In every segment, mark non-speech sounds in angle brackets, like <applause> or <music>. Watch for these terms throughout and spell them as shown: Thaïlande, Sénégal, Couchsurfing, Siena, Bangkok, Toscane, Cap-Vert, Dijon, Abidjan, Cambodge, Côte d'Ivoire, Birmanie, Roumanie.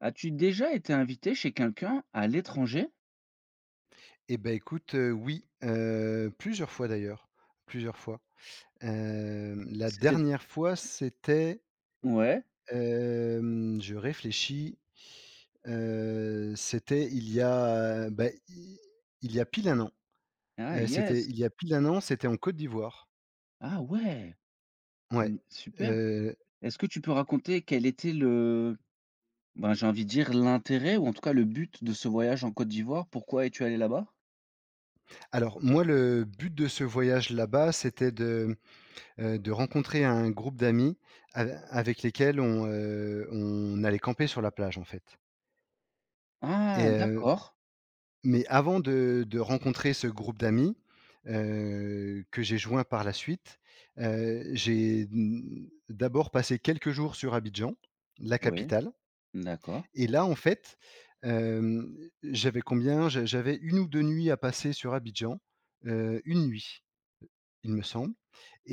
As-tu déjà été invité chez quelqu'un à l'étranger? Et ben écoute, oui, plusieurs fois d'ailleurs, plusieurs fois. La C'était, dernière fois, c'était, ouais, je réfléchis, c'était il y a, bah, i il y a pile un an. ah C'était yes! il y a pile un an, c'était en Côte d'Ivoire. Ah ouais! Ouais, Mmh, super. heu, Est-ce que tu peux raconter quel était le, ben, j'ai envie de dire l'intérêt ou en tout cas le but de ce voyage en Côte d'Ivoire? Pourquoi es-tu allé là-bas? alors moi, le but de ce voyage là-bas, c'était de rencontrer un groupe d'amis avec lesquels on allait camper sur la plage, en fait. et Ah heu d'accord. Mais avant de rencontrer ce groupe d'amis, que j'ai joint par la suite, j'ai d'abord passé quelques jours sur Abidjan, la Ouais, capitale. d'accord. Et là, en fait, hem, j'avais combien? J'avais une ou 2 nuits à passer sur Abidjan, une nuit, il me semble.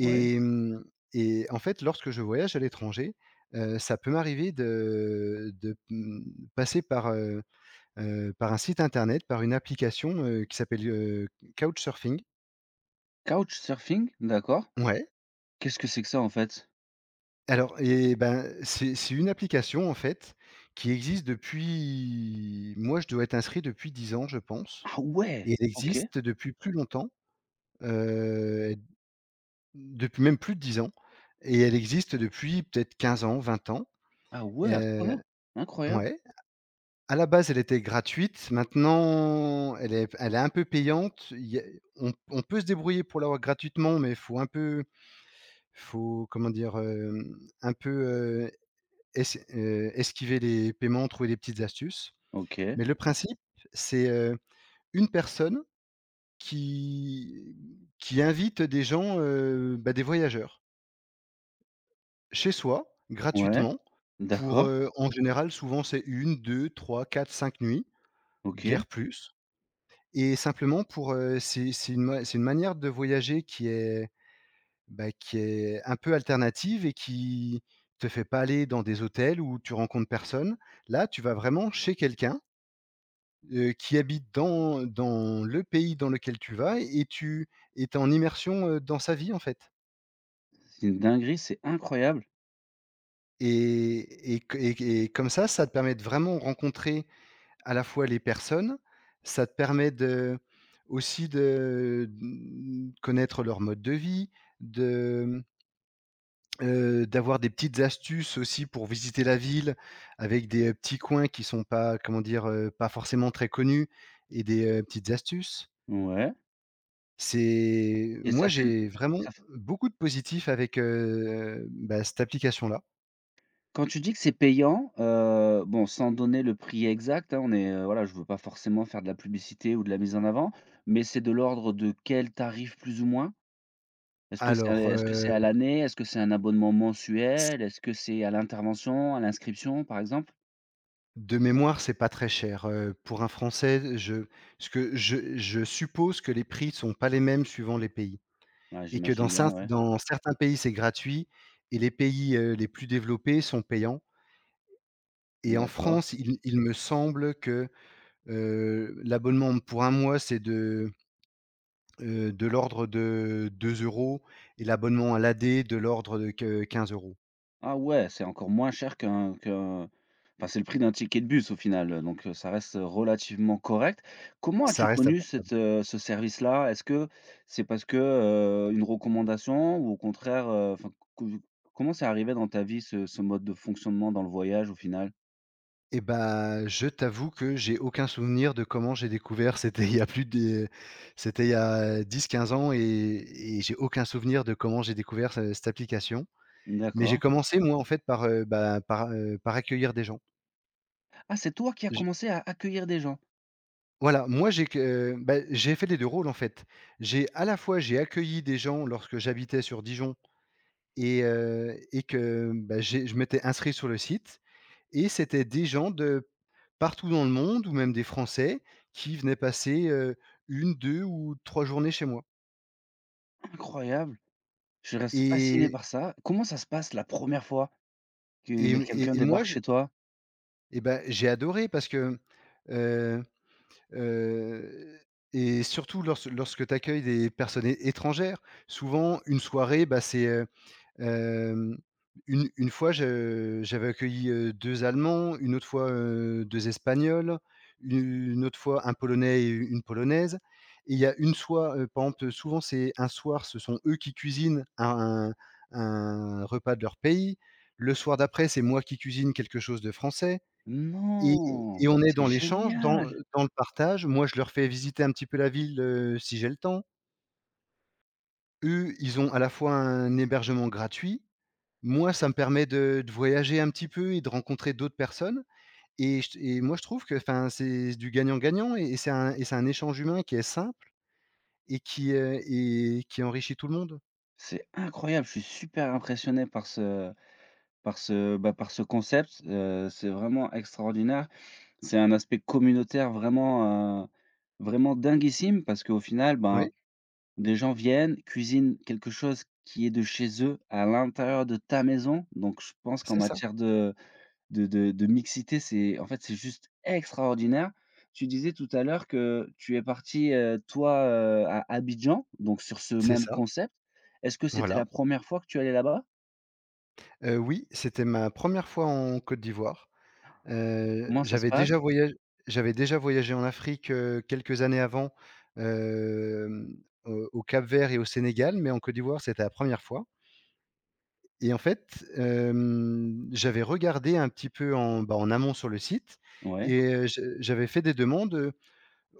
Ouais. mmh et en fait, lorsque je voyage à l'étranger, ça peut m'arriver de passer par un site internet, par une application, qui s'appelle, Couchsurfing. Couchsurfing? D'accord. Ouais, Qu'est-ce que c'est que ça, en fait? alors et ben, c'est une application en fait qui existe depuis, moi je dois être inscrit depuis 10 ans je pense, Ah ouais! et elle OK. existe depuis plus longtemps, heu, depuis même plus de 10 ans, et elle existe depuis peut-être 15 ans, 20 ans. Ah ouais, à ce heu, point-là? Incroyable. ouais. À la base, elle était gratuite, maintenant elle est un peu payante. Il y a, on peut se débrouiller pour l'avoir gratuitement, mais il faut un peu. Faut, comment dire, un peu, heu, es esquiver les paiements, trouver des petites astuces. OK. Mais le principe, c'est, une personne qui qui invite des gens, bah, des voyageurs chez soi, Ouais. gratuitement, pour, D'accord. En général, souvent c'est une, deux, trois, quatre, cinq nuits, OK. guère plus, et simplement pour, c'est une manière de voyager qui est, bah, qui est un peu alternative et qui te fait pas aller dans des hôtels où tu rencontres personne. Là, tu vas vraiment chez quelqu'un, qui habite dans le pays dans lequel tu vas, et tu es en immersion, dans sa vie, en fait. C'est une dinguerie, c'est incroyable. Et et que et et comme ça te permet de vraiment rencontrer à la fois les personnes, ça te permet de aussi de, mmh, connaître leur mode de vie, de, d'avoir des petites astuces aussi pour visiter la ville, avec des, petits coins qui sont pas, comment dire, pas forcément très connus, et des, petites astuces. Ouais. C'est, Et ça moi, fait, j'ai vraiment ça f beaucoup de positifs avec, bah, cette application-là. quand tu dis que c'est payant, bon, sans donner le prix exact, hein, on est, voilà, je veux pas forcément faire de la publicité ou de la mise en avant, mais c'est de l'ordre de quel tarif plus ou moins? Est-ce que c'est, Alors, est-ce que c'est à l'année? Est-ce que c'est un abonnement c mensuel? Est-ce que c'est à l'intervention, à l'inscription, par exemple? de mémoire, c'est pas très cher, pour un Français, je suppose que les prix sont pas les mêmes suivant les pays, Ouais, et que j'imagine bien, ouais. dans certains pays, c'est gratuit, et les pays, les plus développés sont payants. Et en D'accord. France, il me semble que, l'abonnement pour un mois, c'est de l'ordre de 2 €, et l'abonnement à l'AD de l'ordre de que 15 €. Ah ouais, c'est encore moins cher qu'un, enfin, c'est le prix d'un ticket de bus au final, donc ça reste, relativement correct. Comment as-tu Ça reste connu abor cette, ce service-là? Est-ce que c'est parce que, une recommandation ou au contraire, enfin, co comment c'est arrivé dans ta vie ce ce mode de fonctionnement dans le voyage au final? et bah, je t'avoue que j'ai aucun souvenir de comment j'ai découvert. C'était il y a 10, 15 ans, et j'ai aucun souvenir de comment j'ai découvert ce cette application. Mais j'ai D'accord. commencé moi, en fait, par accueillir des gens. Ah, c'est toi qui as commencé à accueillir des gens? Voilà, moi j'ai que bah, j'ai fait les 2 rôles en fait. J'ai, à la fois, j'ai accueilli des gens lorsque j'habitais sur Dijon, et que, bah, j'ai je m'étais inscrit sur le site, et c'était des gens de partout dans le monde ou même des Français qui venaient passer, 1-2 ou 3 journées chez moi. Incroyable! Je reste fasciné Et par ça. Comment ça se passe la première fois que quelqu'un et moi débarque je chez toi? et Bah, j'ai adoré parce que, heu heu et surtout lorsque tu accueilles des personnes é étrangères, souvent une soirée, bah, c'est, Hem, une fois, je j'avais accueilli, deux Allemands, une autre fois, deux Espagnols, une une autre fois un Polonais et une Polonaise, et il y a une fois, par exemple, souvent c'est un soir, ce sont eux qui cuisinent un repas de leur pays. Le soir d'après, c'est moi qui cuisine quelque chose de français, et Non! et on est C'est dans l'échange, génial! Dans le partage. Moi, je leur fais visiter un petit peu la ville, si j'ai le temps. Eux, ils ont à la fois un hébergement gratuit, moi, ça me permet de voyager un petit peu et de rencontrer d'autres personnes. et je et moi je trouve que, enfin, c'est du gagnant-gagnant, et c'est un échange humain qui est simple et et qui enrichit tout le monde. C'est incroyable, je suis super impressionné par ce, par ce concept, c'est vraiment extraordinaire. C'est un aspect communautaire vraiment, vraiment dinguissime parce qu'au final, ben, Oui, des gens viennent, cuisinent quelque chose qui est de chez eux, à l'intérieur de ta maison, donc je pense qu'en c'est ça, matière de mixité, c'est en fait, c'est juste extraordinaire. Tu disais tout à l'heure que tu es parti, toi, à Abidjan, donc sur ce c'est même ça, concept. Est-ce que c'était la voilà. première fois que tu allais là-bas? Oui, c'était ma première fois en Côte d'Ivoire. Heu, Comment ça se j'avais passe? déjà voyag J'avais déjà voyagé en Afrique, quelques années avant, hem, au Cap-Vert et au Sénégal, mais en Côte d'Ivoire, c'était la première fois. Et en fait, j'avais regardé un petit peu en, bah, en amont sur le site, Ouais je j'avais fait des demandes,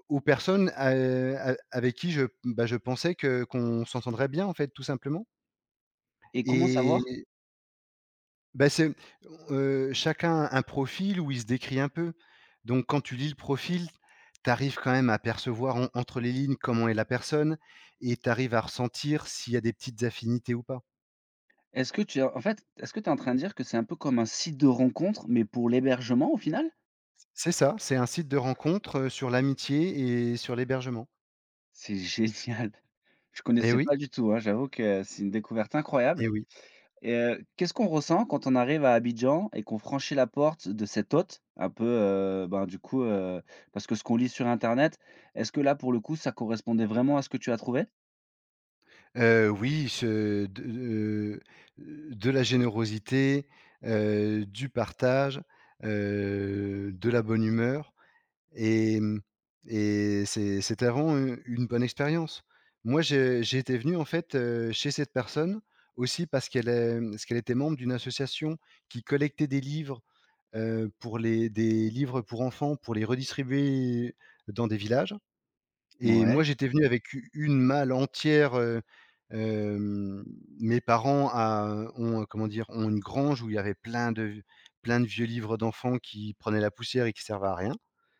aux personnes, a avec qui je, bah, je pensais que qu'on s'entendrait bien en fait, tout simplement, et comment savoir? et bah, c'est, chacun un profil où il se décrit un peu. Donc quand tu lis le profil, tu arrives quand même à percevoir en entre les lignes comment est la personne, et tu arrives à ressentir s'il y a des petites affinités ou pas. Est-ce que tu as, en fait, est-ce que tu es en train de dire que c'est un peu comme un site de rencontre, mais pour l'hébergement au final? C'est ça, c'est un site de rencontre, sur l'amitié et sur l'hébergement. C'est génial. <laughs> Je Eh connaissais oui. pas du tout, hein. J'avoue que c'est une découverte incroyable. Eh oui. Et qu'est-ce qu'on ressent quand on arrive à Abidjan et qu'on franchit la porte de cette hôte un peu, ben, du coup, parce que ce qu'on lit sur internet, est-ce que là, pour le coup, ça correspondait vraiment à ce que tu as trouvé? Oui, ce de, de la générosité, du partage, de la bonne humeur, et mmh et c'était vraiment u une bonne expérience. Moi, j'étais venu, en fait, chez cette personne, aussi parce qu'elle est parce qu'elle était membre d'une association qui collectait des livres, pour les des livres pour enfants, pour les redistribuer dans des villages, et moi, Ouais, j'étais venu avec u une malle entière. Hem, Mes parents a ont, comment dire, ont une grange où il y avait plein de, vieux livres d'enfants qui prenaient la poussière et qui servaient à rien.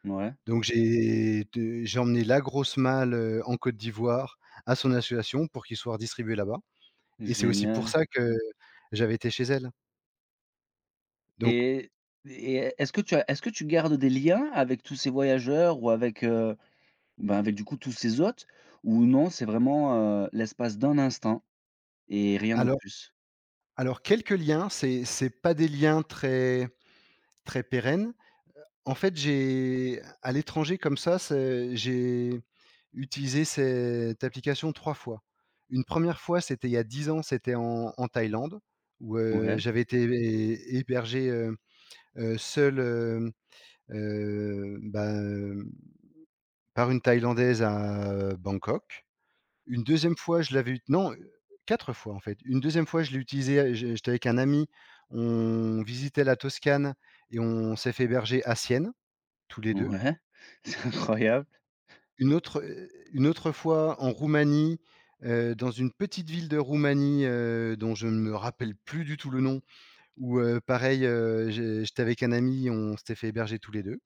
ouais, Donc j'ai emmené la grosse malle, en Côte d'Ivoire, à son association pour qu'ils soient redistribués là-bas, et c'est aussi pour génial. ça que j'avais été chez elle. Donc Et et est-ce que tu as, est-ce que tu gardes des liens avec tous ces voyageurs ou avec, ben, avec du coup tous ces hôtes ou non, c'est vraiment, l'espace d'un instant et rien de alors plus? Alors quelques liens, c'est pas des liens très très pérennes. En fait, j'ai à l'étranger comme ça, c'est j'ai utilisé cette application 3 fois. Une première fois, c'était il y a 10 ans, c'était en Thaïlande, où, Ouais, j'avais été hé hébergé, seul, bah, par une Thaïlandaise à Bangkok. Une deuxième fois, je l'avais eu. Non, 4 fois en fait. Une deuxième fois, je l'ai utilisé, j'étais avec un ami, on visitait la Toscane et on s'est fait héberger à Sienne, tous les 2. ouais, <laughs> c'est incroyable Une autre fois en Roumanie, dans une petite ville de Roumanie, dont je ne me rappelle plus du tout le nom, où, pareil, j'étais avec un ami, on s'était fait héberger tous les 2.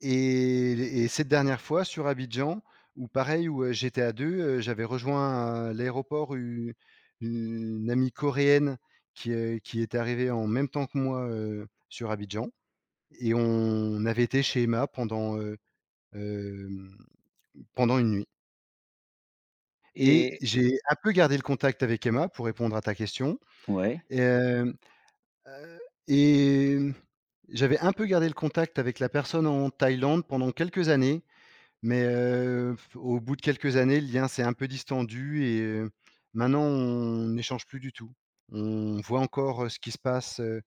Et et cette dernière fois sur Abidjan, où pareil, où, j'étais à 2, j'avais rejoint à l'aéroport u une amie coréenne, qui est arrivée en même temps que moi, sur Abidjan, et on avait été chez Emma pendant, hem, pendant une nuit, et et j'ai un peu gardé le contact avec Emma pour répondre à ta question. ouais. hem, heu et j'avais un peu gardé le contact avec la personne en Thaïlande pendant quelques années. Mais, f au bout de quelques années, le lien s'est un peu distendu, maintenant on n'échange plus du tout. On voit encore, ce qui se passe,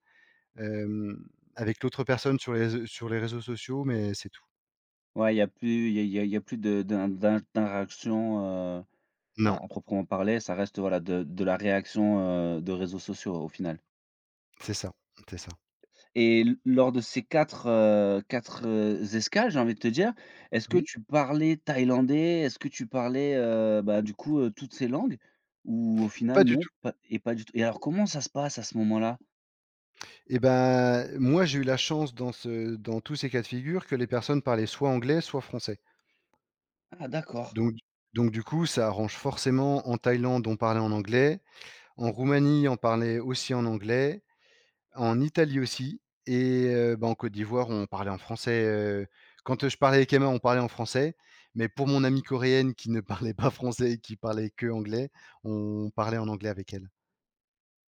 hem, avec l'autre personne sur les réseaux, sur les réseaux sociaux, mais c'est tout. Ouais, il y a plus il y a il y a il y a plus de d'interaction, heu, Non, à proprement parler, ça reste, voilà, de la réaction, de réseaux sociaux, au final. c'est ça, c'est ça. Et l lors de ces 4 4, escales, j'ai envie de te dire, est-ce que Oui, tu parlais thaïlandais? Est-ce que tu parlais, bah, du coup, toutes ces langues? Ou au final, pas du non, tout. pas et pas du tout? Et alors comment ça se passe à ce moment-là? Et ben moi j'ai eu la chance dans tous ces cas de figure que les personnes parlaient soit anglais, soit français. Ah d'accord, Donc donc du coup, ça arrange forcément. En Thaïlande, on parlait en anglais, en Roumanie, on parlait aussi en anglais. En Italie aussi. Et, bah, en Côte d'Ivoire, on parlait en français, quand, je parlais avec Emma, on parlait en français, mais pour mon amie coréenne qui ne <laughs> parlait pas français et qui parlait que anglais, on parlait en anglais avec elle.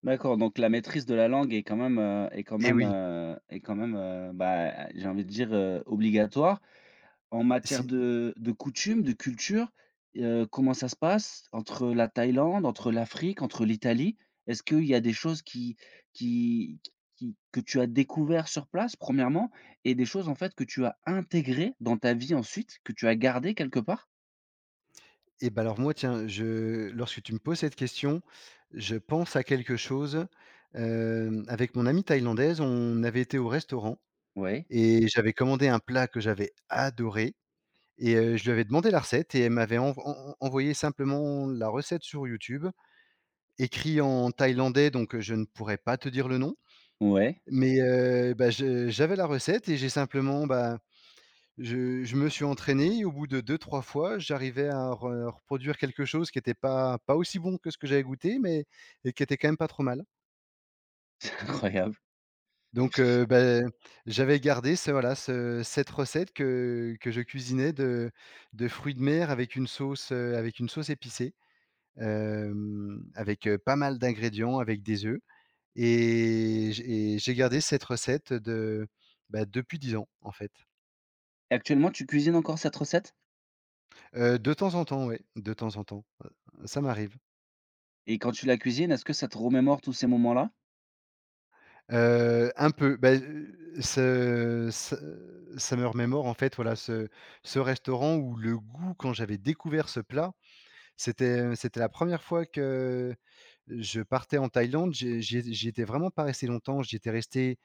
d'accord, donc la maîtrise de la langue est quand même, Et oui, est quand même, bah, j'ai envie de dire, obligatoire. En matière si. De coutumes, de culture, comment ça se passe entre la Thaïlande, entre l'Afrique, entre l'Italie? Est-ce qu'il y a des choses qui qui que tu as découvert sur place premièrement, et des choses en fait que tu as intégrées dans ta vie ensuite, que tu as gardées quelque part? Et ben alors moi tiens, je lorsque tu me poses cette question, je pense à quelque chose. Avec mon amie thaïlandaise, on avait été au restaurant, Ouais, et j'avais commandé un plat que j'avais adoré, je lui avais demandé la recette, et elle m'avait envoyé simplement la recette sur YouTube, écrit en thaïlandais, donc je ne pourrais pas te dire le nom, ouais, mais, bah, je j'avais la recette, et j'ai simplement, bah, je me suis entraîné, et au bout de deux, trois fois, j'arrivais à re reproduire quelque chose qui était pas aussi bon que ce que j'avais goûté, mais et qui était quand même pas trop mal. <laughs> c'est incroyable. Donc, bah, j'avais gardé ce voilà, ce cette recette que je cuisinais de fruits de mer avec une sauce épicée, avec, pas mal d'ingrédients, avec des œufs. Et j'ai gardé cette recette de, bah, depuis 10 ans, en fait. Et actuellement, tu cuisines encore cette recette? De temps en temps, ouais, de temps en temps, ça m'arrive. Et quand tu la cuisines, est-ce que ça te remémore tous ces moments-là, Un peu, bah, ce ce ça me remémore, en fait, voilà, ce restaurant où le goût, quand j'avais découvert ce plat. C'était, c'était la première fois que je partais en Thaïlande. J'ai j'y é J'y étais vraiment pas resté longtemps. J'y étais resté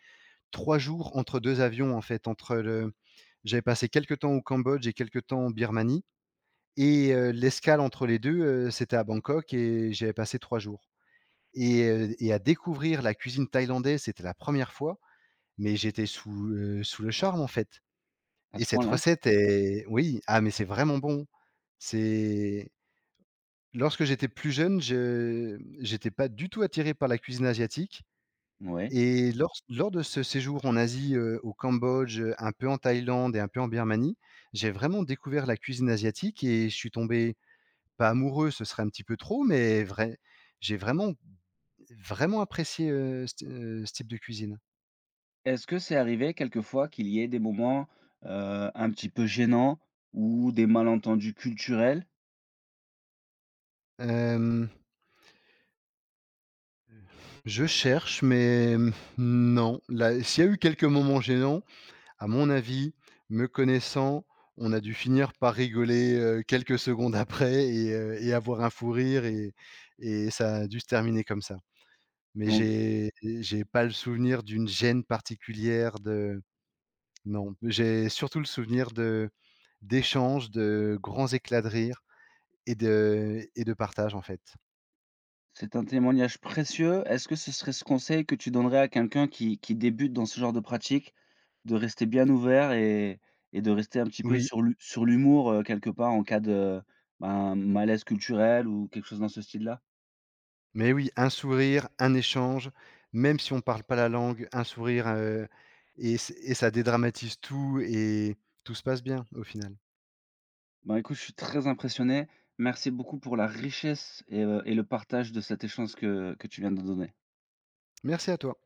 3 jours entre 2 avions, en fait. Entre le J'avais passé quelque temps au Cambodge et quelque temps en Birmanie. L'escale entre les 2, c'était à Bangkok et j'avais passé 3 jours, à découvrir la cuisine thaïlandaise, c'était la première fois, mais j'étais sous le charme, en fait. à Et ce cette point-là? recette est, oui. Ah, mais c'est vraiment bon. C'est, lorsque j'étais plus jeune, je j'étais pas du tout attiré par la cuisine asiatique, Ouais. et lors de ce séjour en Asie, au Cambodge, un peu en Thaïlande et un peu en Birmanie, j'ai vraiment découvert la cuisine asiatique et je suis tombé, pas amoureux, ce serait un petit peu trop, mais vrai j'ai vraiment vraiment apprécié, ce type de cuisine. Est-ce que c'est arrivé quelquefois qu'il y ait des moments, un petit peu gênants ou des malentendus culturels? Hem, je cherche, mais non, là, s'il y a eu quelques moments gênants, à mon avis, me connaissant, on a dû finir par rigoler, quelques secondes après, avoir un fou rire, et ça a dû se terminer comme ça. Mais Donc j'ai pas le souvenir d'une gêne particulière de Non, j'ai surtout le souvenir de d'échanges, de grands éclats de rire, et de partage, en fait. c'est un témoignage précieux. Est-ce que ce serait ce conseil que tu donnerais à quelqu'un qui débute dans ce genre de pratique, de rester bien ouvert et de rester un petit peu Oui, sur l'hu sur l'humour, quelque part en cas de, ben, malaise culturel ou quelque chose dans ce style-là? mais oui, un sourire, un échange, même si on parle pas la langue, un sourire, et ça dédramatise tout et tout se passe bien, au final. Ben, écoute, je suis très impressionné. Merci beaucoup pour la richesse et le partage de cet échange que tu viens de donner. Merci à toi.